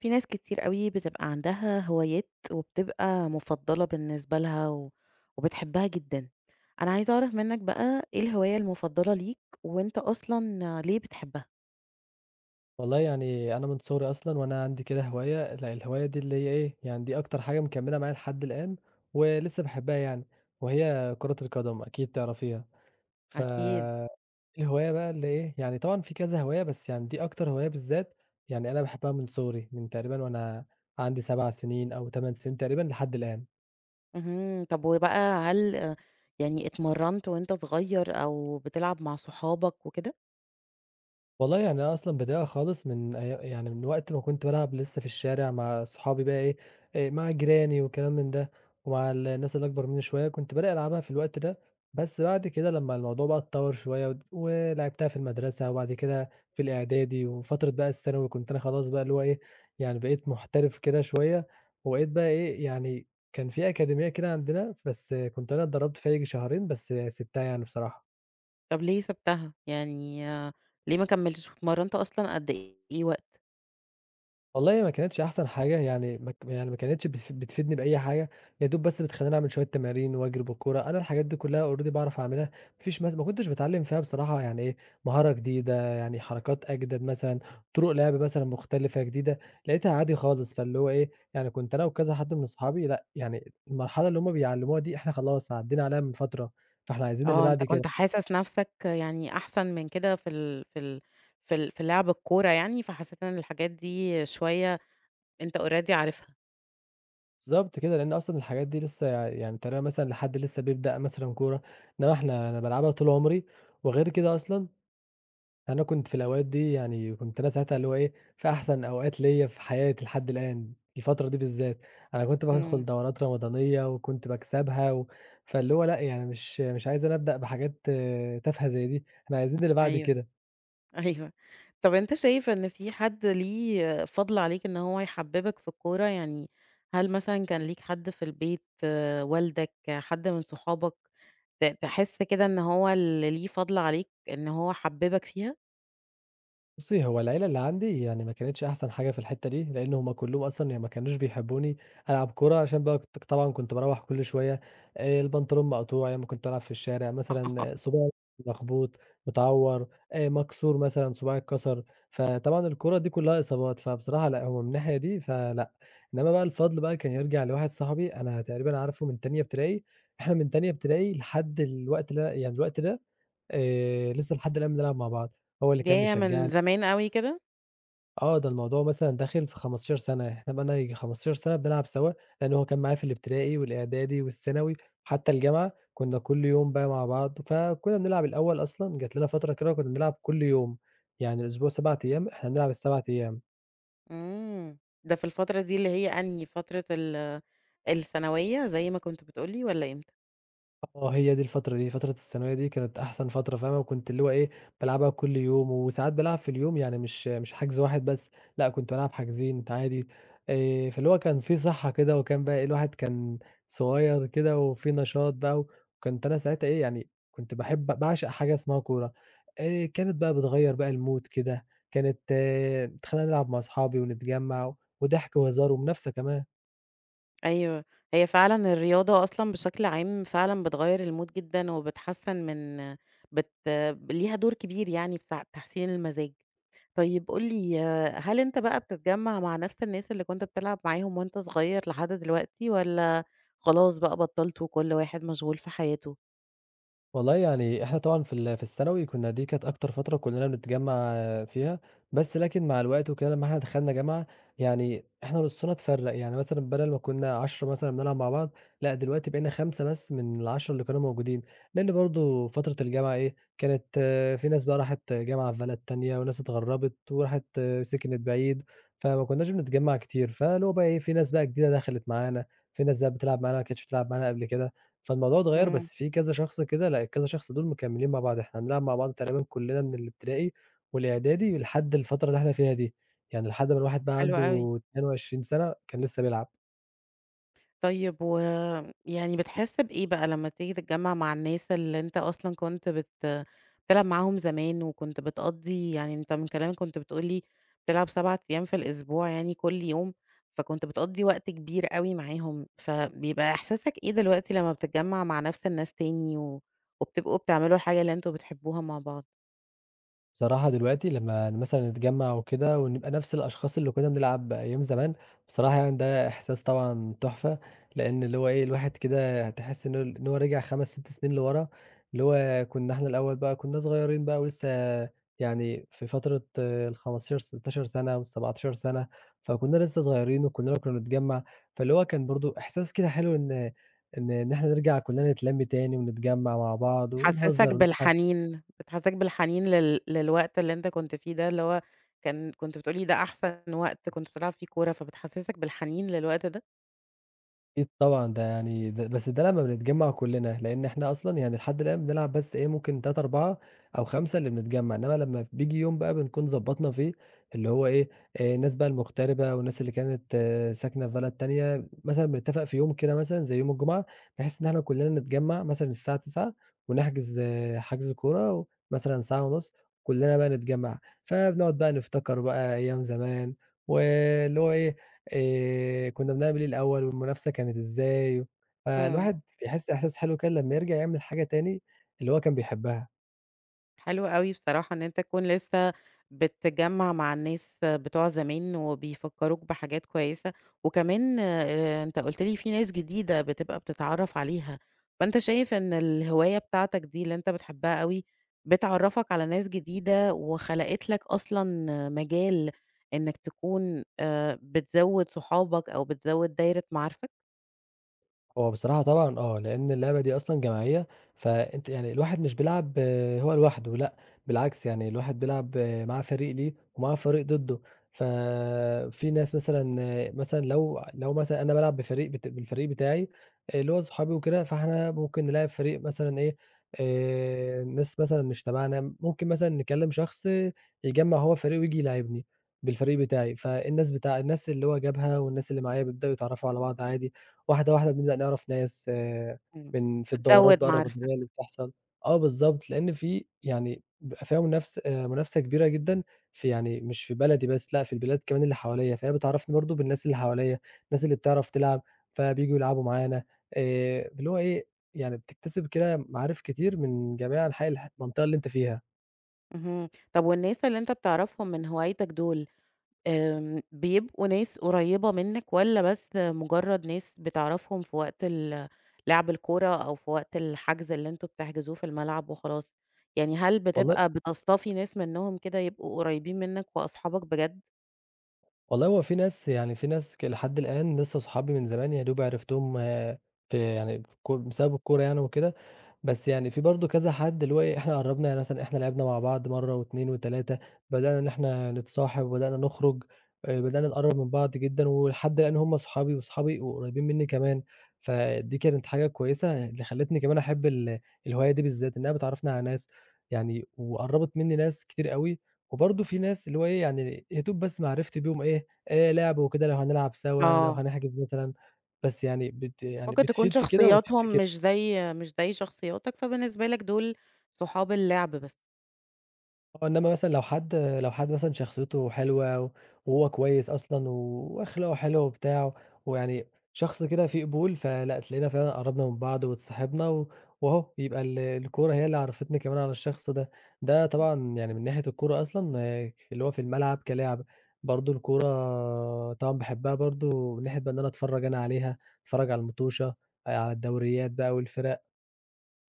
في ناس كتير أوي بتبقى عندها هوايات وبتبقى مفضلة بالنسبة لها وبتحبها جدًا. أنا عايزة أعرف منّك بقى إيه الهواية المفضلة ليك، وأنت أصلًا ليه بتحبها؟ والله يعني أنا من صغري أصلًا وأنا عندي كده هواية، الهواية دي اللي هي إيه، يعني دي أكتر حاجة مكمّلة معايا لحد الآن ولسه باحبها يعني، وهي كرة القدم أكيد تعرفيها. ف أكيد. الهواية بقى اللي إيه، يعني طبعًا في كذا هواية بس يعني دي أكتر هواية بالذات يعني أنا باحبها من صغري، من تقريبًا وأنا عندي 7 سنين أو 8 سنين تقريبًا لحد الآن. اهم. طب وبقى هل يعني اتمرّنت وأنت صغير أو بتلعب مع صحابك وكده؟ والله يعني أنا أصلًا بادئها خالص من أي يعني من وقت ما كنت بالعب لسه في الشارع مع صحابي بقى إيه، مع جيراني وكلام من ده، ومع الناس اللي أكبر مني شوية، كنت بادئ ألعبها في الوقت ده، بس بعد كده لمّا الموضوع بقى اتطوّر شوية ولعبتها في المدرسة وبعد كده في الإعدادي وفترة بقى الثانوي كنت أنا خلاص بقى اللي هو إيه، يعني بقيت محترف كده شوية، وبقيت بقى إيه، يعني كان في أكاديمية كده عندنا بس كنت أنا اتدرّبت فيها ييجي شهرين بس سِبتها يعني بصراحة. طب ليه سِبتها؟ يعني ليه ما كمّلتش واتمرّنت أصلًا قد إيه وقت؟ والله ما كانتش أحسن حاجة، يعني ما ك يعني ما كانتش بتفيدني بأي حاجة، يا دوب بس بتخلّيني أعمل شوية تمارين وأجري بالكورة، أنا الحاجات دي كلّها already باعرف أعملها، ما فيش ما كنتش باتعلّم فيها بصراحة يعني إيه، مهارة جديدة، يعني حركات أجدد مثلًا، طرق لعب مثلًا مختلفة جديدة، لقيتها عادي خالص، فاللي هو إيه، يعني كنت أنا وكذا حد من أصحابي لأ، يعني المرحلة اللي هُم بيعلّموها دي إحنا خلاص عدّينا عليها من فترة، فإحنا عايزين اللي آه، بعد أنت كده. كنت حاسس نَفْسك يعني أحسن من كده في لعب الكورة يعني، فحسيت إن الحاجات دي شوية أنت already عارفها. بالضبط كده، لإن أصلًا الحاجات دي لسه يعني تقريبًا مثلًا لحد لسه بيبدأ مثلًا كورة، إنما إحنا أنا بالعبها طول عمري، وغير كده أصلًا أنا كنت في الأوقات دي يعني كنت أنا ساعتها اللي هو إيه، في أحسن أوقات ليّا في حياتي لحد الآن، الفترة دي بالذات، أنا كنت بادخل إمم، دورات رمضانية وكنت باكسبها و فاللي هو لأ، يعني مش عايز أنا أبدأ بحاجات آه، تافهة زي دي، إحنا عايزين اللي بعد أيوه. كده. أيوه. طَب أنت شايف إن في حد ليه فضْل عليك إن هو يحبّبك في الكورة، يعني هل مثلًا كان ليك حد في البيت، والدك، حد من صحابك، تحس كده إن هو اللي ليه فضْل عليك إن هو حبّبك فيها؟ بُصّي، هو العيلة اللي عندي يعني ما كانتش أحسن حاجة في الحتّة دي، لإن هم كلّهم أصلًا يعني ما كانوش بيحبّوني ألعب كورة عشان بقى كنت طبعًا كنت باروّح كل شوية البنطلون مقطوع أيام ما كنت بالعب في الشارع، مثلًا صباعي مخبوط، متعوّر، مكسور مثلًا صباعي اتكسر، فطبعًا الكورة دي كلّها إصابات، فبصراحة لأ، هو من الناحية دي فلأ، إنّما بقى الفضل بقى كان يرجع لواحد صاحبي أنا تقريبًا عارفه من تانية ابتدائي، إحنا من تانية ابتدائي لحد الوقت ده يعني الوقت ده لسّه لحد الآن بنلعب مع بعض، هو اللي كان جاية من بيشجّعني زمان أوي كده؟ آه، ده الموضوع مثلًا داخل في 15 سَنة، إحنا بقى لنا ييجي 15 سَنة بنلعب سوا، لإن هو كان معايا في الابتدائي والإعدادي والثانوي، حتى الجامعة كنا كل يوم بقى مع بعض، فكنا بنلعب الأول أصلًا جات لنا فترة كده كنا بنلعب كل يوم، يعني الأسبوع 7 أيام إحنا بنلعب ال7 أيام. إمم. ده في الفترة دي اللي هي أنهي فترة الثانوية زي ما كنت بتقول لي والّا إمتى؟ آه، هي دي الفترة دي، فترة الثانوية دي كانت أحسن فترة فاهمة، وكنت اللي هو إيه، بالعبها كل يوم وساعات بالعب في اليوم يعني مش حجز واحد بس، لأ كنت بالعب حاجزين عادي، فاللي هو كان في صحة كده وكان بقى إيه، الواحد كان صغير كده وفي نشاط بقى، وكنت أنا ساعتها إيه، يعني كنت باحب باعشق حاجة اسمها كورة، كانت بقى بتغيّر بقى المود كده، كانت إيه تخلّينا نلعب مع أصحابي ونتجمّع وضحك وهزار ومنافسة كمان. أيوه، هي فعلًا الرياضة أصلًا بشكل عام فعلًا بتغيّر الmood جدًا وبتحسّن من بت ليها دور كبير يعني في تحسين المزاج. طيب قُل لي هل أنت بقى بتتجمّع مع نفس الناس اللي كنت بتلعب معاهم وأنت صغير لحد دلوقتي والّا خلاص بقى بطّلت وكل واحد مشغول في حياته؟ والله يعني إحنا طبعًا في الثانوي كنا دي كانت أكتر فترة كُلّنا بنتجمّع فيها، بس لكن مع الوقت وكده لمّا إحنا دخلنا جامعة، يعني إحنا نُصّنا اتفرّق، يعني مثلًا بدل ما كنا 10 مثلًا بنلعب مع بعض، لأ دلوقتي بقينا 5 بس من ال10 اللي كانوا موجودين، لإن برضه فترة الجامعة إيه، كانت آه، في ناس بقى راحت جامعة في بلد تانية وناس اتغرّبت وراحت آه، سكنت بعيد، فما كناش بنتجمّع كتير، فاللي هو بقى إيه، في ناس بقى جديدة دخلت معانا، في ناس بقى بتلعب معانا ما كانتش بتلعب معانا قبل كده. فالموضوع اتغيّر إمم. بس في كذا شخص كده لأ، الكذا شخص دول مكمّلين مع بعض، إحنا بنلعب مع بعض تقريبًا كُلّنا من الابتدائي والإعدادي لحد الفترة اللي إحنا فيها دي، يعني لحد ما الواحد بقى حلو أوي. عنده 22 سَنة كان لسه بيلعب. طيب ويعني بتحس بإيه بقى لمّا تيجي تتجمّع مع الناس اللي أنت أصلًا كنت بتلعب معاهم زمان وكنت بتقضّي يعني أنت من كلامك كنت بتقول لي بتلعب 7 أيام في الأسبوع يعني كل يوم، فكنت بتقضّي وقت كبير أوي معاهم، فبيبقى إحساسك إيه دلوقتي لمّا بتتجمّع مع نَفْس الناس تاني و وبتبقوا بتعملوا الحاجة اللي أنتم بتحبوها مع بعض؟ صراحة دلوقتي لمّا مثلًا نتجمّع وكده ونبقى نفس الأشخاص اللي كُنّا بنلعب أيام زمان، بصراحة يعني ده إحساس طبعًا تحفة، لإن اللي هو إيه، الواحد كده هتحس إن هو رجع 5، 6 سنين لورا، اللي هو كُنّا إحنا الأول بقى كُنّا صغيّرين بقى ولسه يعني في فترة ال15 16 سَنة وال17 سَنة، فكُنّا لسه صغيّرين وكُلّنا كُنّا بنتجمّع، فاللي هو كان برضه إحساس كده حلو إن إحنا نرجع كُلّنا نتلَم تاني ونتجمّع مع بعض بتحسسك ونهزر ونضحك. بالحنين، بتحسسك بالحنين للوقت اللي أنت كنت فيه ده، اللي هو كنت بتقول لي ده أحسن وقت كنت بتلعب فيه كورة، فبتحسسك بالحنين للوقت ده؟ أكيد طبعًا، ده يعني ده بس ده لمّا بنتجمّع كُلّنا، لإن إحنا أصلًا يعني لحد الآن بنلعب بس إيه، ممكن 3، 4 أو 5 اللي بنتجمّع، إنّما لمّا بييجي يوم بقى بنكون ضبّطنا فيه اللي هو إيه، الناس بقى المغتربة والناس اللي كانت ساكنة في بلد تانية، مثلًا بنتّفق في يوم كده مثلًا زي يوم الجمعة، بحيث إن إحنا كُلّنا نتجمّع مثلًا الساعة 21:00 ونحجز حجز كورة مثلًا ساعة ونُص، كُلّنا بقى نتجمّع، فبنقعد بقى نفتكر بقى أيام زمان واللي هو إيه، كُنّا بنعمل إيه الأول والمنافسة كانت إزاي، إمم. فالواحد بيحس إحساس حلو كده لمّا يرجع يعمل حاجة تاني اللي هو كان بيحبها. حلو أوي بصراحة إن أنت تكون لسه بتجمّع مع الناس بتوع زمان وبيفكّروك بحاجات كويسة، وكمان أنت قُلت لي في ناس جديدة بتبقى بتتعرّف عليها، فأنت شايف إن الهواية بتاعتك دي اللي أنت بتحبها أوي، بتعرّفك على ناس جديدة وخلقت لك أصلًا مجال إنك تكون بتزوّد صحابك أو بتزوّد دايرة معارفك؟ هو بصراحة طبعًا آه، لإن اللعبة دي أصلًا جماعية، فأنت يعني الواحد مش بيلعب آه، هو لوحده لأ، بالعكس يعني الواحد بيلعب آه، مع فريق ليه ومع فريق ضده، ففي ناس مثلًا آه، مثلًا لو مثلًا أنا بالعب بفريق بت بالفريق بتاعي آه، اللي هو صحابي وكده، فإحنا ممكن نلاعب فريق مثلًا إيه، ناس مثلًا مش تبعنا، ممكن مثلًا نكلم شخص يجمّع هو فريق وييجي يلاعبني بالفريق بتاعي، فالناس بتاع الناس اللي هو جابها والناس اللي معايا بيبدأوا يتعرفوا على بعض عادي. واحدة، واحدة بنبدأ نعرف ناس إمم. من في الدورات بتزوّد بقى معارفك. الرمضانية اللي بتحصل آه بالضبط، لإن في يعني بيبقى فيها منافسة منافسة كبيرة جدًا في يعني مش في بلدي بس، لأ في البلاد كمان اللي حواليّا، فهي بتعرّفني برضه بالناس اللي حواليّا، الناس اللي بتعرف تلعب، فبييجوا يلعبوا معانا اللي هو إيه، يعني بتكتسب كده معارف كتير من جميع أنحاء المنطقة اللي أنت فيها. اهم. طَب والناس اللي أنت بتعرفهم من هوايتك دول، بيبقوا ناس قريّبة منّك والّا بس مجرّد ناس بتعرفهم في وقت لعب الكورة أو في وقت الحجز اللي أنتم بتحجزوه في الملعب وخلاص؟ يعني هل والله بتبقى بتصطفي ناس منّهم كده يبقوا قريّبين منّك وأصحابك بجد؟ والله هو في ناس يعني في ناس لحد الآن لسه صحابي من زمان، يا دوب عرفتهم آه، في يعني بسبب الكورة يعني وكده، بس يعني في برضه كذا حد اللي هو إيه، إحنا قرّبنا يعني مثلًا إحنا لعبنا مع بعض مرّة و2 و3 بدأنا إن إحنا نتصاحب وبدأنا نخرج، بدأنا نقرّب من بعض جدًا ولحد الآن هم صحابي وصحابي وقريبين منّي كمان، فدي كانت حاجة كويسة اللي خلّتني كمان أحب الهواية دي بالذات، إنها بتعرّفني على ناس يعني وقرّبت منّي ناس كتير أوي، وبرضه في ناس اللي هو إيه، يعني يا دوب بس معرفتي بيهم إيه، لعب وكده لو هنلعب سوا، لو آه. هنحجز مثلًا، بس يعني بت يعني ممكن تكون بتفيد في كده وبتفيد في شخصياتهم كده. مش زي شخصياتك، فبالنسبة لك دول صحاب اللعب بس. آه، إنما مثلًا لو حد مثلًا شخصيته حلوة وهو كويس أصلًا وأخلاقه حلوة وبتاع، ويعني شخص كده فيه قبول، فلأ تلاقينا فعلًا قرّبنا من بعض واتصاحبنا و وأهو يبقى الكورة هي اللي عرّفتني كمان على الشخص ده. ده طبعًا يعني من ناحية الكورة أصلًا آه، اللي هو في الملعب كلعب، برضه الكورة طبعًا باحبها برضه من ناحية بقى إن أنا أتفرّج أنا عليها، أتفرّج على المطوشة، على الدوريات بقى والفرق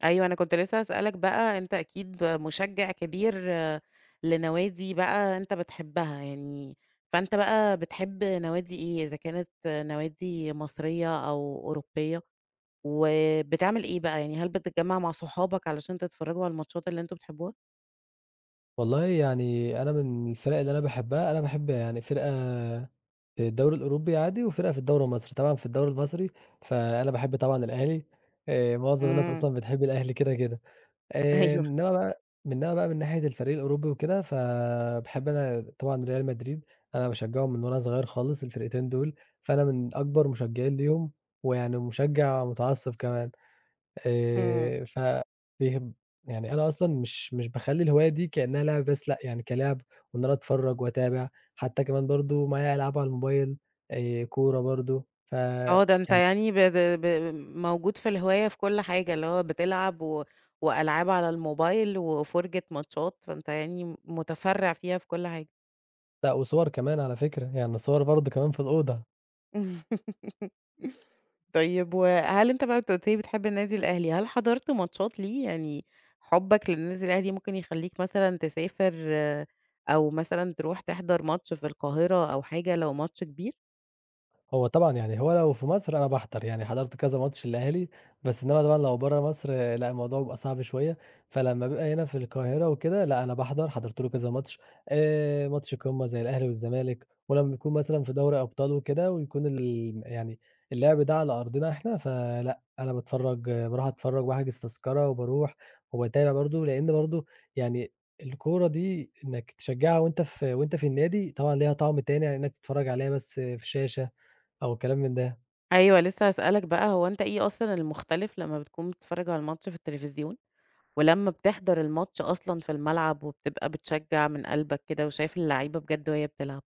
أيوه، أنا كنت لسه هاسألك بقى، أنت أكيد مشجّع كبير لنوادي بقى أنت بتحبها يعني، فأنت بقى بتحب نوادي إيه؟ إذا كانت نوادي مصرية أو أوروبية، وبتعمل إيه بقى؟ يعني هل بتتجمّع مع صحابك علشان تتفرّجوا على الماتشات اللي أنتم بتحبوها؟ والله يعني أنا من الفرق اللي أنا باحبها، أنا باحب يعني فرقة في الدوري الأوروبي عادي، وفرقة في الدوري المصري، طبعًا في الدوري المصري فأنا باحب طبعًا الأهلي، معظم الناس إمم، أصلًا بتحب الأهلي كده، كده. آآ أيوه، إنما بقى إنما بقى من ناحية الفريق الأوروبي وكده، فباحب أنا طبعًا ريال مدريد، أنا باشجعهم من وأنا صغير خالص الفرقتين دول، فأنا من أكبر مشجعين ليهم، ويعني مشجع متعصب كمان. إمم، ف بيهب يعني أنا أصلًا مش باخلّي الهواية دي كإنها لعب بس لأ، يعني كلعب وإن أنا أتفرّج وأتابع، حتّى كمان برضه معايا ألعاب على الموبايل، كورة برضه، ف آه. ده أنت يعني يعني بت ب موجود في الهواية في كل حاجة، اللي هو بتلعب و وألعاب على الموبايل وفُرجة ماتشات، فأنت يعني متفرّع فيها في كل حاجة. لأ وصور كمان على فكرة، يعني صور برضه كمان في الأوضة. طيب وهل أنت بقى أنت قُلت لي بتحب النادي الأهلي، هل حضرت ماتشات ليه؟ يعني حُبّك للنادي الأهلي ممكن يخلّيك مثلًا تسافر أو مثلًا تروح تحضر ماتش في القاهرة أو حاجة لو ماتش كبير؟ هو طبعًا يعني هو لو في مصر أنا باحضر، يعني حضرت كذا ماتش للأهلي، بس إنّما طبعًا لو برّه مصر آه، لأ، الموضوع بيبقى صعب شوية، فلمّا بيبقى هنا في القاهرة وكده لأ، أنا باحضر، حضرت له كذا ماتش ماتش قمة زي الأهلي والزمالك، ولمّا يكون مثلًا في دوري أبطال وكده ويكون يعني اللعب ده على أرضنا إحنا، فلأ، أنا باتفرّج باروح أتفرّج وأحجز تذكرة وباروح وباتابع برضه، لإن برضه يعني الكورة دي إنّك تشجّعها وأنت في النادي، طبعًا ليها طعم تاني عن إنّك تتفرّج عليها بس في شاشة. أو كلام من ده. أيوه لسه هاسألك بقى، هو أنت إيه أصلًا المختلف لمّا بتكون بتتفرّج على الماتش في التلفزيون ولمّا بتحضر الماتش أصلًا في الملعب وبتبقى بتشجّع من قلبك كده وشايف اللعيبة بجد وهي بتلعب؟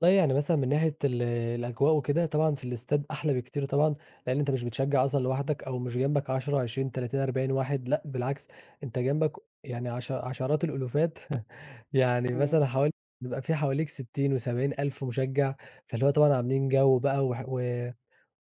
والله يعني مثلًا من ناحية الأجواء وكده، طبعًا في الاستاد أحلى بكتير طبعًا، لإن أنت مش بتشجّع أصلًا لوحدك أو مش جنبك 10، 20، 30، 40 واحد، لأ بالعكس، أنت جنبك يعني عشرات الألوفات يعني مثلًا حوالي بيبقى في حواليك 60 و70 ألف مشجّع، فاللي هو طبعًا عاملين جَوّ بقى وح و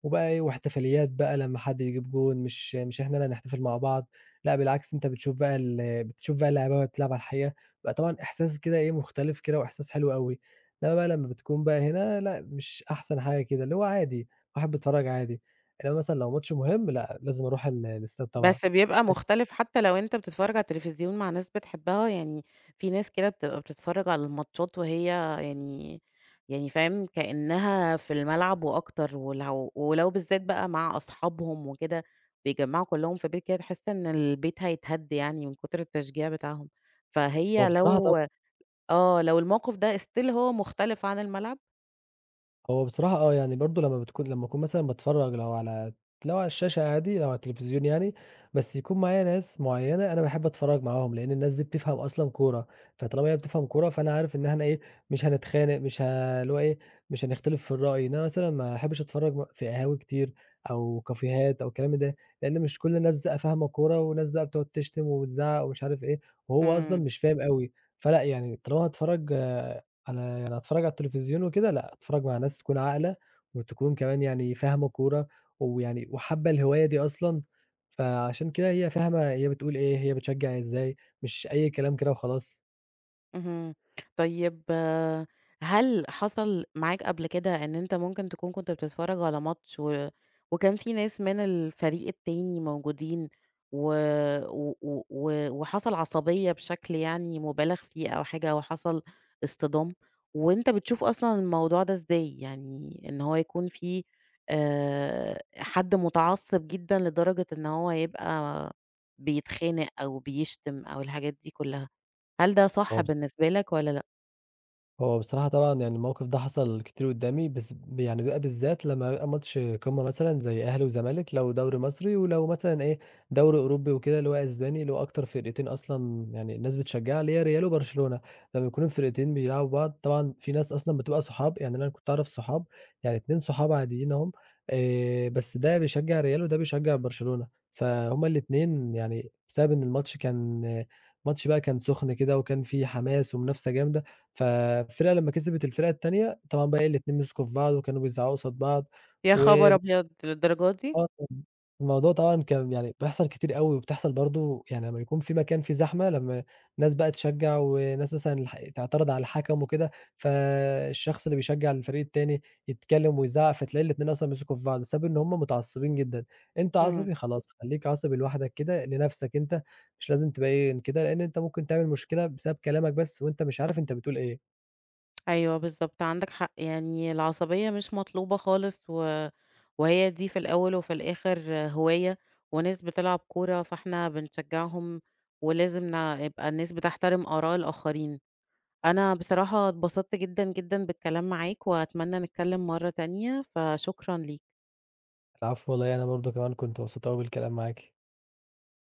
وبقى إيه، واحتفاليات بقى لمّا حد يجيب جون، مش إحنا اللي هنحتفل مع بعض، لأ بالعكس أنت بتشوف بقى اللعيبة وهي بتلعب على الحقيقة، بقى طبعًا إحساس كده إيه، مختلف كده وإحساس حلو أوي، إنما بقى لمّا بتكون بقى هنا لأ، مش أحسن حاجة كده، اللي هو عادي، الواحد بيتفرّج عادي، إنما مثلًا لو ماتش مهم لأ، لازم أروح الاستاد طبعًا. بس بيبقى مختلف حتى لو أنت بتتفرّج على التلفزيون مع ناس بتحبها، يعني في ناس كده بتبقى بتتفرّج على الماتشات وهي يعني يعني فاهم، كإنها في الملعب وأكتر، ولو بالذات بقى مع أصحابهم وكده، بيتجمّعوا كلّهم في بيت كده تحس إن البيت هيتهد يعني من كتر التشجيع بتاعهم، هو فهي بصراحة طبعًا لو الموقف ده still هو مختلف عن الملعب؟ هو بصراحة آه، يعني برضه لمّا أكون مثلًا باتفرّج لو على الشاشة عادي، لو على التلفزيون يعني، بس يكون معايا ناس معيّنة أنا باحب أتفرّج معاهم، لإن الناس دي بتفهم أصلًا كورة، فطالما هي بتفهم كورة فأنا عارف إن إحنا إيه، مش هنتخانق، مش ه اللي هو إيه، مش هنختلف في الرأي، إن أنا مثلًا ما أحبش أتفرّج في قهاوي كتير أو كافيهات أو الكلام ده، لإن مش كل الناس بقى فاهمة كورة، وناس بقى بتقعد تشتم وبتزعّق ومش عارف إيه، وهو أصلًا إمم. مش فاهم أوي، فلأ يعني طالما هاتفرّج أنا يعني أتفرّج على التلفزيون وكده لأ، أتفرّج مع ناس تكون عاقلة، وتكون كمان يعني فاهمة كورة، ويعني وحابة الهواية دي أصلًا، فعشان كده هي فاهمة هي بتقول إيه، هي بتشجّع إيه، إزاي، مش أي كلام كده وخلاص. اهم. طيب، هل حصل معاك قبل كده إن أنت ممكن تكون كنت بتتفرّج على ماتش و وكان في ناس من الفريق التاني موجودين و و و و وحصل عصبية بشكل يعني مُبالغ فيه أو حاجة وحصل اصطدام، وأنت بتشوف أصلًا الموضوع ده إزاي؟ يعني إن هو يكون في حد متعصب جدًا لدرجة إن هو يبقى بيتخانق أو بيشتم أو الحاجات دي كلّها. هل ده صح هو بالنسبة لك والّا لأ؟ هو بصراحة طبعًا يعني الموقف ده حصل كتير قدّامي، بس يعني بيبقى بالذات لمّا بيبقى ماتش قمة مثلًا زي أهلي وزمالك لو دوري مصري، ولو مثلًا إيه دوري أوروبي وكده اللي هو أسباني، اللي هو أكتر فرقتين أصلًا يعني الناس بتشجّعها اللي هي ريال وبرشلونة، لمّا يكونوا الفرقتين بيلعبوا بعض طبعًا في ناس أصلًا بتبقى صحاب، يعني أنا كنت أعرف صحاب يعني 2 صحاب عاديين أهم بس ده بيشجّع الريال وده بيشجّع برشلونة، فهُم الاتنين يعني بسبب إن الماتش كان ماتش بقى كان سُخن كده وكان في حماس ومنافسة جامدة فالفرقة لمّا كسبت الفرقة التانية، طبعًا بقى إيه الاتنين مسكوا في بعض وكانوا بيزعقوا قصاد بعض، يا خبر وب أبيض! للدرجة دي! الموضوع طبعًا كان يعني بيحصل كتير أوي، وبتحصل برضه يعني لمّا يكون في مكان فيه زحمة، لمّا ناس بقى تشجّع وناس مثلًا تعترض على الحكم وكده، فالشخص اللي بيشجّع الفريق التاني يتكلم ويزعّق، فتلاقي الاتنين أصلًا مسكوا في بعض، بسبب إن هم متعصبين جدًا، أنت إمم. عصبي خلاص خلّيك عصبي لوحدك كده لنَفْسك أنت، مش لازم تبين كده، لإن أنت ممكن تعمل مشكلة بسبب كلامك بس وأنت مش عارف أنت بتقول إيه. أيوه بالضبط عندك حق، يعني العصبية مش مطلوبة خالص و وهي دي في الأول وفي الآخر هواية، وناس بتلعب كورة فإحنا بنشجعهم، ولازم يبقى الناس بتحترم آراء الآخرين. أنا بصراحة اتبسطت جدًا، جدًا بالكلام معاك، وأتمنى نتكلم مرة تانية، فشكرًا ليك. العفو والله أنا برضه كمان كنت مبسوط أوي بالكلام معاكِ.